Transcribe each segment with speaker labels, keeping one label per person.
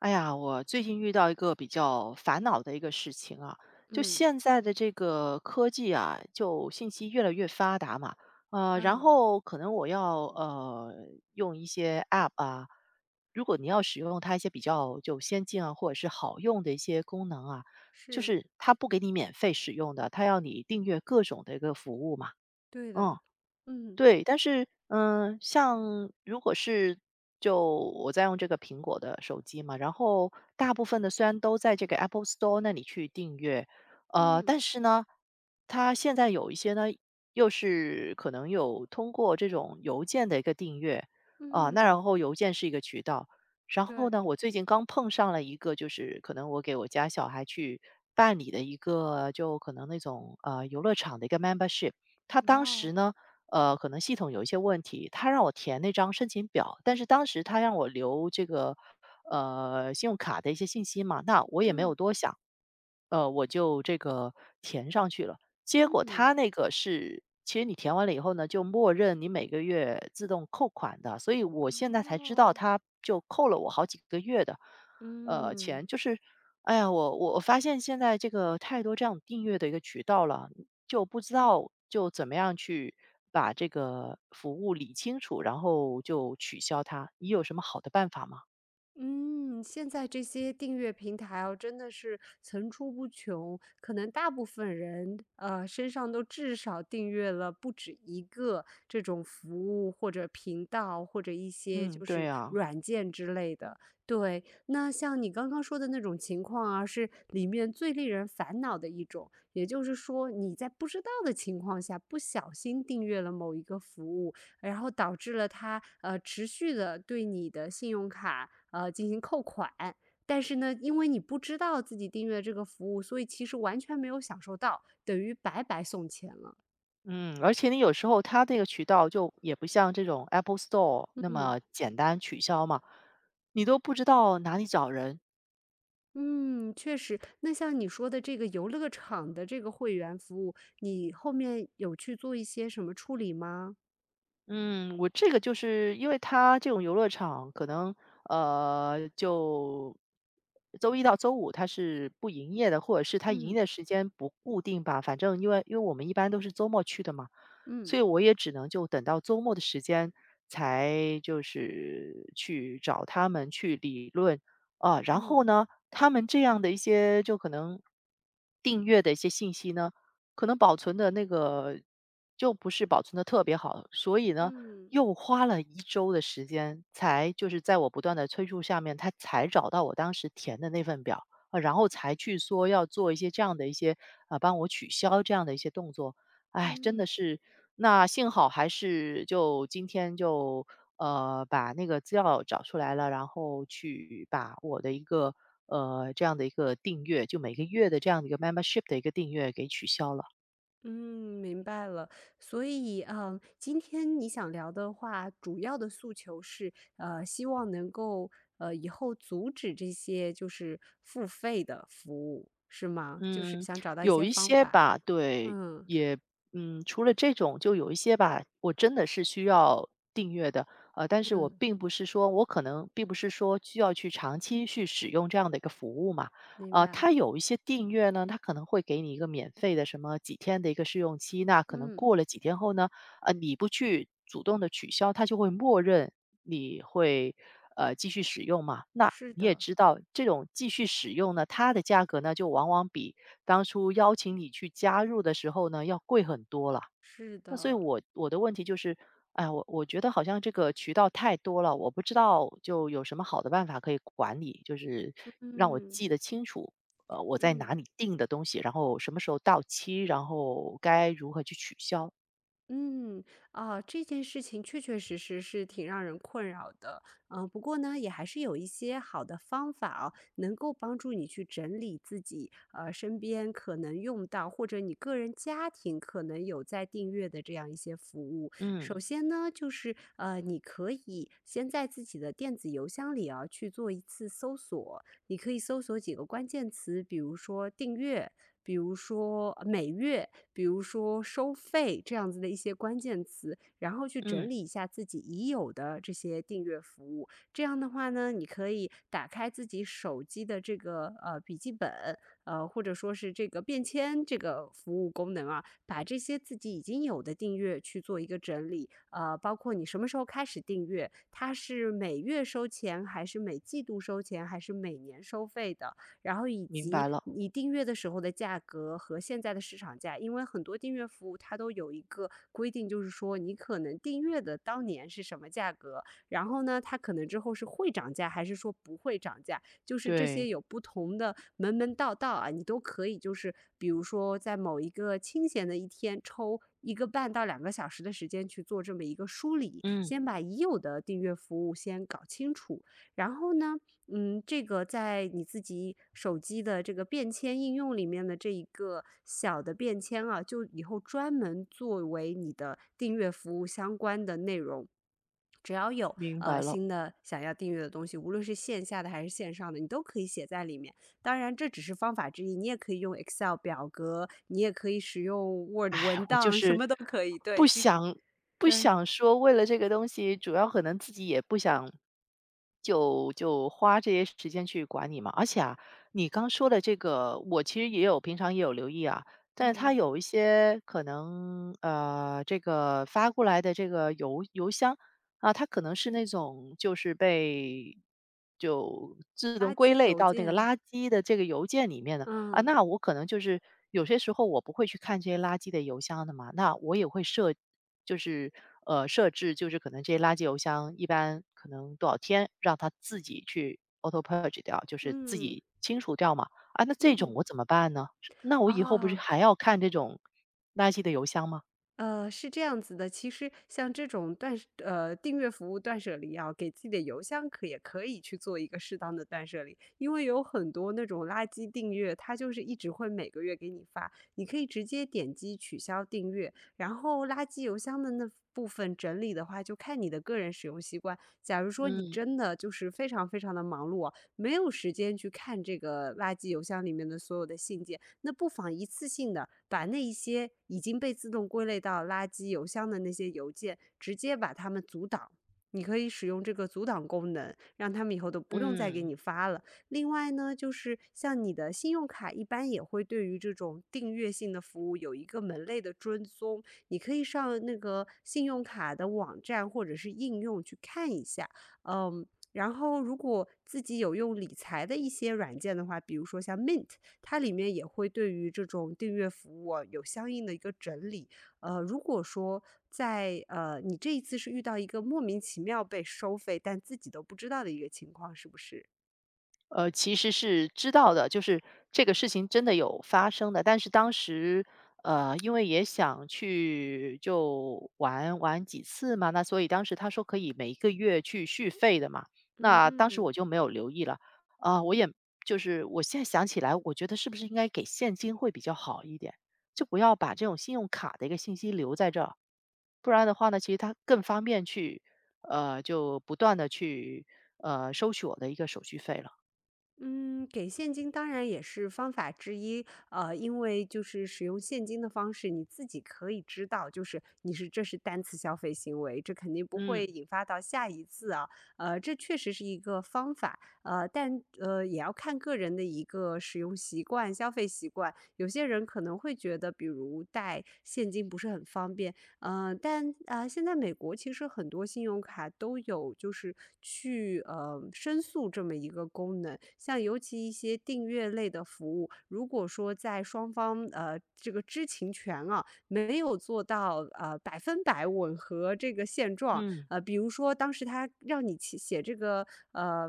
Speaker 1: 哎呀，我最近遇到一个比较烦恼的一个事情啊，就
Speaker 2: 嗯，
Speaker 1: 现在的这个科技啊，就信息越来越发达嘛。然
Speaker 2: 啊，
Speaker 1: 后可能我要用一些 App 啊。如果你要使用它一些比较就先进啊，或者是好用的一些功能啊，就
Speaker 2: 是，
Speaker 1: 是它不给你免费使用的，它要你订阅各种的一个服务嘛。
Speaker 2: 对的。
Speaker 1: 嗯。
Speaker 2: 嗯，
Speaker 1: 对，但是，嗯，像如果是就我在用这个苹果的手机嘛，然后大部分的虽然都在这个 Apple Store 那里去订阅。但
Speaker 2: 嗯，
Speaker 1: 是呢，它现在有一些呢，又是可能有通过这种邮件的一个订阅啊。那
Speaker 2: 嗯，
Speaker 1: 然后邮件是一个渠道。然
Speaker 2: 对，
Speaker 1: 后呢，我最近刚碰上了一个，就是可能我给我家小孩去办理的一个，就可能那种游乐场的一个 membership。他当时
Speaker 2: 啊，
Speaker 1: 呢，可能系统有一些问题，他让我填那张申请表，但是当时他让我留这个，信用卡的一些信息嘛，那我也没有
Speaker 2: 嗯，
Speaker 1: 多想。我就这个填上去了。结果
Speaker 2: 嗯，
Speaker 1: 他那个是，其实你填完了以后呢，就默认你每个月自动扣款的，所以我现在才知
Speaker 2: 啊，
Speaker 1: 道他就扣了我好几个月的，
Speaker 2: 嗯。
Speaker 1: 钱。就是，哎呀，我发现现在这个太多这样订阅的一个渠道了，就不知道就怎么样去把这个服务理清楚，然后就取消它。你有什么好的办法吗？
Speaker 2: 嗯，现在这些订阅平台哦，真的是层出不穷。可能大部分人，身上都至少订阅了不止一个这种服务或者频道，或者一些
Speaker 1: 嗯，
Speaker 2: 就
Speaker 1: 对
Speaker 2: 是
Speaker 1: 呀、
Speaker 2: 软件之类的。对，那像你刚刚说的那种情况啊，是里面最令人烦恼的一种。也就是说，你在不知道的情况下不小心订阅了某一个服务，然后导致了他持续的对你的信用卡，进行扣款。但是呢，因为你不知道自己订阅这个服务，所以其实完全没有享受到，等于白白送钱了。
Speaker 1: 嗯，而且你有时候它这个渠道就也不像这种 Apple Store 那
Speaker 2: 嗯。
Speaker 1: 么简单取消嘛，你都不知道哪里找人。
Speaker 2: 嗯，确实。那像你说的这个游乐场的这个会员服务，你后面有去做一些什么处理吗？
Speaker 1: 嗯，我这个就是因为它这种游乐场可能，就周一到周五它是不营业的，或者是它营业
Speaker 2: 嗯
Speaker 1: 的时间不固定吧。反正因为我们一般都是周末去的嘛，所以
Speaker 2: 嗯
Speaker 1: 我也只能就等到周末的时间才就是去找他们去理论啊。然
Speaker 2: 嗯
Speaker 1: 后呢，他们这样的一些就可能订阅的一些信息呢。可能保存的那个就不是保存的特别好，所以呢，
Speaker 2: 嗯
Speaker 1: 又花了一周的时间才就是在我不断的催促下面，他才找到我当时填的那份表，然后才去说要做一些这样的一些帮我取消这样的一些动作。哎，真的
Speaker 2: 嗯。
Speaker 1: 是那幸好还是就今天就，把那个资料找出来了，然后去把我的一个，这样的一个订阅，就每个月的这样的一个 membership 的一个订阅给取消了。
Speaker 2: 嗯，明白了。所以，今天你想聊的话，主要的诉求是，希望能够，以后阻止这些就是付费的服务，是吗？就是
Speaker 1: 嗯，
Speaker 2: 想找到一
Speaker 1: 有
Speaker 2: 些
Speaker 1: 一
Speaker 2: 方
Speaker 1: 些
Speaker 2: 法。
Speaker 1: 吧，对，
Speaker 2: 嗯
Speaker 1: 也嗯，除了这种，就有一些吧，我真的是需要订阅的，但是我
Speaker 2: 嗯，
Speaker 1: 并不是说我可能并不是说需要去长期去使用这样的一个服务嘛。
Speaker 2: 明白。
Speaker 1: 它有一些订阅呢，它可能会给你一个免费的什么几天的一个试用期，那可能
Speaker 2: 嗯，
Speaker 1: 过了几天后呢，你不去主动的取消，它就会默认你会继续使用嘛。那
Speaker 2: 是
Speaker 1: 你也
Speaker 2: 的，
Speaker 1: 知道，这种继续使用呢，它的价格呢就往往比当初邀请你去加入的时候呢要贵很多了。
Speaker 2: 是
Speaker 1: 那所以
Speaker 2: 的。
Speaker 1: 我的问题就是，哎，我觉得好像这个渠道太多了，我不知道就有什么好的办法可以管理，就是让我
Speaker 2: 嗯
Speaker 1: 记得清楚，我在
Speaker 2: 嗯。
Speaker 1: 哪里订的东西，然后什么时候到期，然后该如何去取消。
Speaker 2: 嗯，啊，这件事情确确实实是挺让人困扰的，不过呢，也还是有一些好的方法哦，能够帮助你去整理自己，身边可能用到或者你个人家庭可能有在订阅的这样一些服务。首
Speaker 1: 嗯
Speaker 2: 先呢，就是你可以先在自己的电子邮箱里啊去做一次搜索，你可以搜索几个关键词，比如说订阅，比如说每月。比如说收费这样子的一些关键词，然后去
Speaker 1: 嗯，
Speaker 2: 整理一下自己已有的这些订阅服务。这样的话呢，你可以打开自己手机的这个笔记本，或者说是这个便签这个服务功能啊，把这些自己已经有的订阅去做一个整理，包括你什么时候开始订阅，它是每月收钱还是每季度收钱还是每年收费的。然后以
Speaker 1: 明白
Speaker 2: 及
Speaker 1: 了，
Speaker 2: 你订阅的时候的价格和现在的市场价，因为很多订阅服务它都有一个规定，就是说你可能订阅的当年是什么价格，然后呢，它可能之后是会涨价还是说不会涨价，就是这些
Speaker 1: 对，
Speaker 2: 有不同的门门道道啊，你都可以就是比如说在某一个清闲的一天抽一个半到两个小时的时间去做这么一个梳理，
Speaker 1: 嗯，
Speaker 2: 先把已有的订阅服务先搞清楚，然后呢，这个在你自己手机的这个便签应用里面的这一个小的便签啊，就以后专门作为你的订阅服务相关的内容。只要有
Speaker 1: 明白了。
Speaker 2: 新的想要订阅的东西，无论是线下的还是线上的，你都可以写在里面。当然，这只是方法之一，你也可以用 Excel 表格，你也可以使用 Word
Speaker 1: 哎，
Speaker 2: 文
Speaker 1: 我就
Speaker 2: 档，什
Speaker 1: 是
Speaker 2: 么都可以。对，
Speaker 1: 不
Speaker 2: 其实
Speaker 1: 想不
Speaker 2: 对，
Speaker 1: 想说为了这个东西，主要可能自己也不想就花这些时间去管你嘛。而且啊，你刚说的这个，我其实也有平常也有留意啊，但是它
Speaker 2: 嗯，
Speaker 1: 有一些可能这个发过来的这个邮箱啊，它可能是那种就是被就自动
Speaker 2: 垃
Speaker 1: 归
Speaker 2: 圾
Speaker 1: 类
Speaker 2: 邮
Speaker 1: 到那个
Speaker 2: 件，
Speaker 1: 垃圾的这个邮件里面的。啊，
Speaker 2: 嗯
Speaker 1: 那我可能就是有些时候我不会去看这些垃圾的邮箱的嘛，那我也会设，就是设置，就是可能这些垃圾邮箱一般可能多少天让它自己去 auto purge 掉，就是自
Speaker 2: 嗯
Speaker 1: 己清除掉嘛。啊，那这种
Speaker 2: 嗯，
Speaker 1: 我怎么办呢？是那我以后不是
Speaker 2: 啊。
Speaker 1: 还要看这种垃圾的邮箱吗？
Speaker 2: 是这样子的，其实像这种订阅服务断舍离啊，给自己的邮箱可也可以去做一个适当的断舍离。因为有很多那种垃圾订阅，它就是一直会每个月给你发，你可以直接点击取消订阅，然后垃圾邮箱的那部分整理的话，就看你的个人使用习惯。假如说你
Speaker 1: 嗯
Speaker 2: 真的就是非常非常的忙碌啊，没有时间去看这个垃圾邮箱里面的所有的信件，那不妨一次性的把那一些已经被自动归类到垃圾邮箱的那些邮件，直接把它们阻挡。你可以使用这个阻挡功能，让他们以后都不用再给
Speaker 1: 嗯。
Speaker 2: 你发了。另外呢，就是像你的信用卡，一般也会对于这种订阅性的服务有一个门类的追踪，你可以上那个信用卡的网站或者是应用去看一下，嗯。然后，如果自己有用理财的一些软件的话，比如说像 Mint，它里面也会对于这种订阅服务啊有相应的一个整理。如果说在你这一次是遇到一个莫名其妙被收费，但自己都不知道的一个情况，是不是？
Speaker 1: 其实是知道的，就是这个事情真的有发生的。但是当时，因为也想去就玩玩几次嘛，那所以当时他说可以每一个月去续费的嘛，
Speaker 2: 嗯
Speaker 1: 那当时我
Speaker 2: 嗯。
Speaker 1: 就没有留意了。啊，我也就是我现在想起来，我觉得是不是应该给现金会比较好一点，就不要把这种信用卡的一个信息留在这儿，不然的话呢，其实它更方便去，就不断的去收取我的一个手续费了。
Speaker 2: 嗯，给现金当然也是方法之一，因为就是使用现金的方式，你自己可以知道，就是你是这是单次消费行为，这肯定不
Speaker 1: 嗯
Speaker 2: 会引发到下一次啊，这确实是一个方法，但也要看个人的一个使用习惯、消费习惯，有些人可能会觉得，比如带现金不是很方便，但啊，现在美国其实很多信用卡都有就是去申诉这么一个功能，像尤其一些订阅类的服务，如果说在双方这个知情权啊没有做到百分百吻合这个现状，
Speaker 1: 嗯，
Speaker 2: 比如说当时他让你写写这个呃。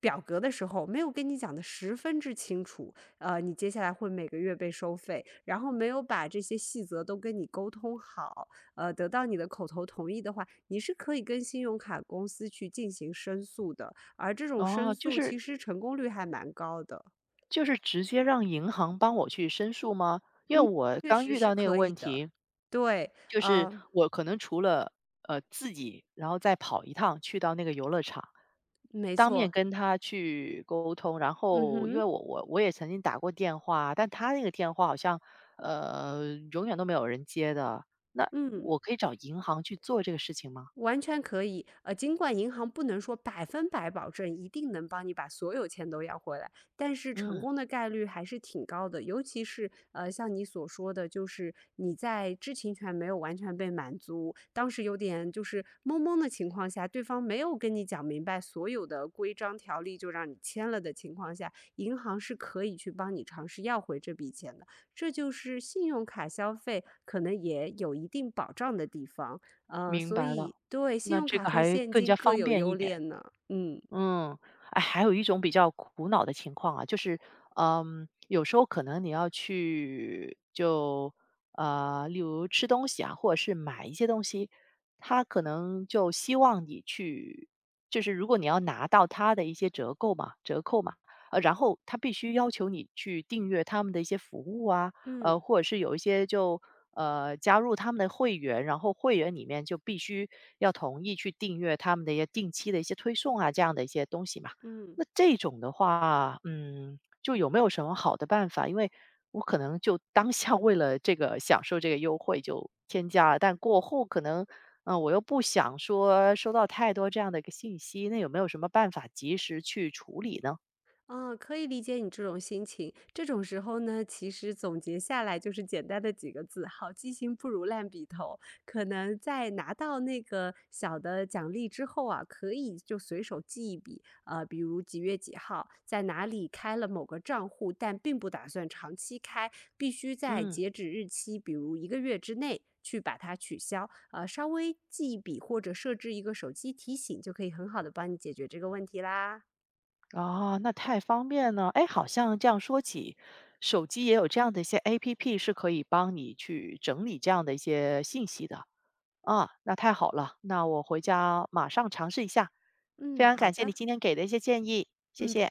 Speaker 2: 表格的时候没有跟你讲的十分之清楚，你接下来会每个月被收费，然后没有把这些细则都跟你沟通好，得到你的口头同意的话，你是可以跟信用卡公司去进行申诉的，而这种申
Speaker 1: 哦，就
Speaker 2: 诉
Speaker 1: 是
Speaker 2: 其实成功率还蛮高的。
Speaker 1: 就是直接让银行帮我去申诉吗？因为
Speaker 2: 嗯，
Speaker 1: 我
Speaker 2: 确
Speaker 1: 刚
Speaker 2: 实
Speaker 1: 遇
Speaker 2: 是
Speaker 1: 到那个
Speaker 2: 可以
Speaker 1: 问
Speaker 2: 的。
Speaker 1: 题，
Speaker 2: 对，
Speaker 1: 就是
Speaker 2: 呃，
Speaker 1: 我可能除了自己，然后再跑一趟去到那个游乐场，
Speaker 2: 没
Speaker 1: 当面
Speaker 2: 错，
Speaker 1: 跟他去沟通。然
Speaker 2: 嗯
Speaker 1: 后因为
Speaker 2: 哼，
Speaker 1: 我也曾经打过电话，但他那个电话好像永远都没有人接的。那
Speaker 2: 嗯。
Speaker 1: 我可以找银行去做这个事情吗？
Speaker 2: 完全可以，尽管银行不能说百分百保证一定能帮你把所有钱都要回来，但是成
Speaker 1: 嗯，
Speaker 2: 功的概率还是挺高的。尤其是像你所说的，就是你在知情权没有完全被满足，当时有点就是懵懵的情况下，对方没有跟你讲明白所有的规章条例就让你签了的情况下，银行是可以去帮你尝试要回这笔钱的。这就是信用卡消费可能也有一定保障的地方。
Speaker 1: 明
Speaker 2: 所
Speaker 1: 白了，
Speaker 2: 以对，信
Speaker 1: 那
Speaker 2: 用
Speaker 1: 这
Speaker 2: 卡
Speaker 1: 个
Speaker 2: 和
Speaker 1: 还
Speaker 2: 现
Speaker 1: 更
Speaker 2: 金
Speaker 1: 加
Speaker 2: 各
Speaker 1: 方
Speaker 2: 有
Speaker 1: 便一
Speaker 2: 优
Speaker 1: 点。
Speaker 2: 劣呢，嗯。
Speaker 1: 嗯，哎，还有一种比较苦恼的情况啊，就是，嗯，有时候可能你要去就例如吃东西啊，或者是买一些东西，他可能就希望你去，就是如果你要拿到他的一些折扣嘛，折扣嘛，然后他必须要求你去订阅他们的一些服务啊。
Speaker 2: 嗯
Speaker 1: 或者是有一些就加入他们的会员，然后会员里面就必须要同意去订阅他们的一些定期的一些推送啊，这样的一些东西嘛。
Speaker 2: 嗯，
Speaker 1: 那这种的话，嗯，就有没有什么好的办法？因为我可能就当下为了这个享受这个优惠就添加了，但过后可能，嗯、我又不想说收到太多这样的一个信息，那有没有什么办法及时去处理呢？
Speaker 2: 嗯，可以理解你这种心情。这种时候呢，其实总结下来就是简单的几个字：好记性不如烂笔头。可能在拿到那个小的奖励之后啊，可以就随手记一笔，比如几月几号在哪里开了某个账户，但并不打算长期开，必须在
Speaker 1: 嗯。
Speaker 2: 截止日期，比如一个月之内，去把它取消，稍微记一笔或者设置一个手机提醒，就可以很好的帮你解决这个问题啦。
Speaker 1: 哦，那太方便了。哎，好像这样说起，手机也有这样的一些 APP 是可以帮你去整理这样的一些信息的啊，那太好了，那我回家马上尝试一下。非
Speaker 2: 嗯，
Speaker 1: 常
Speaker 2: 好
Speaker 1: 感谢你
Speaker 2: 的，
Speaker 1: 今天给的一些建议，谢
Speaker 2: 嗯。
Speaker 1: 谢。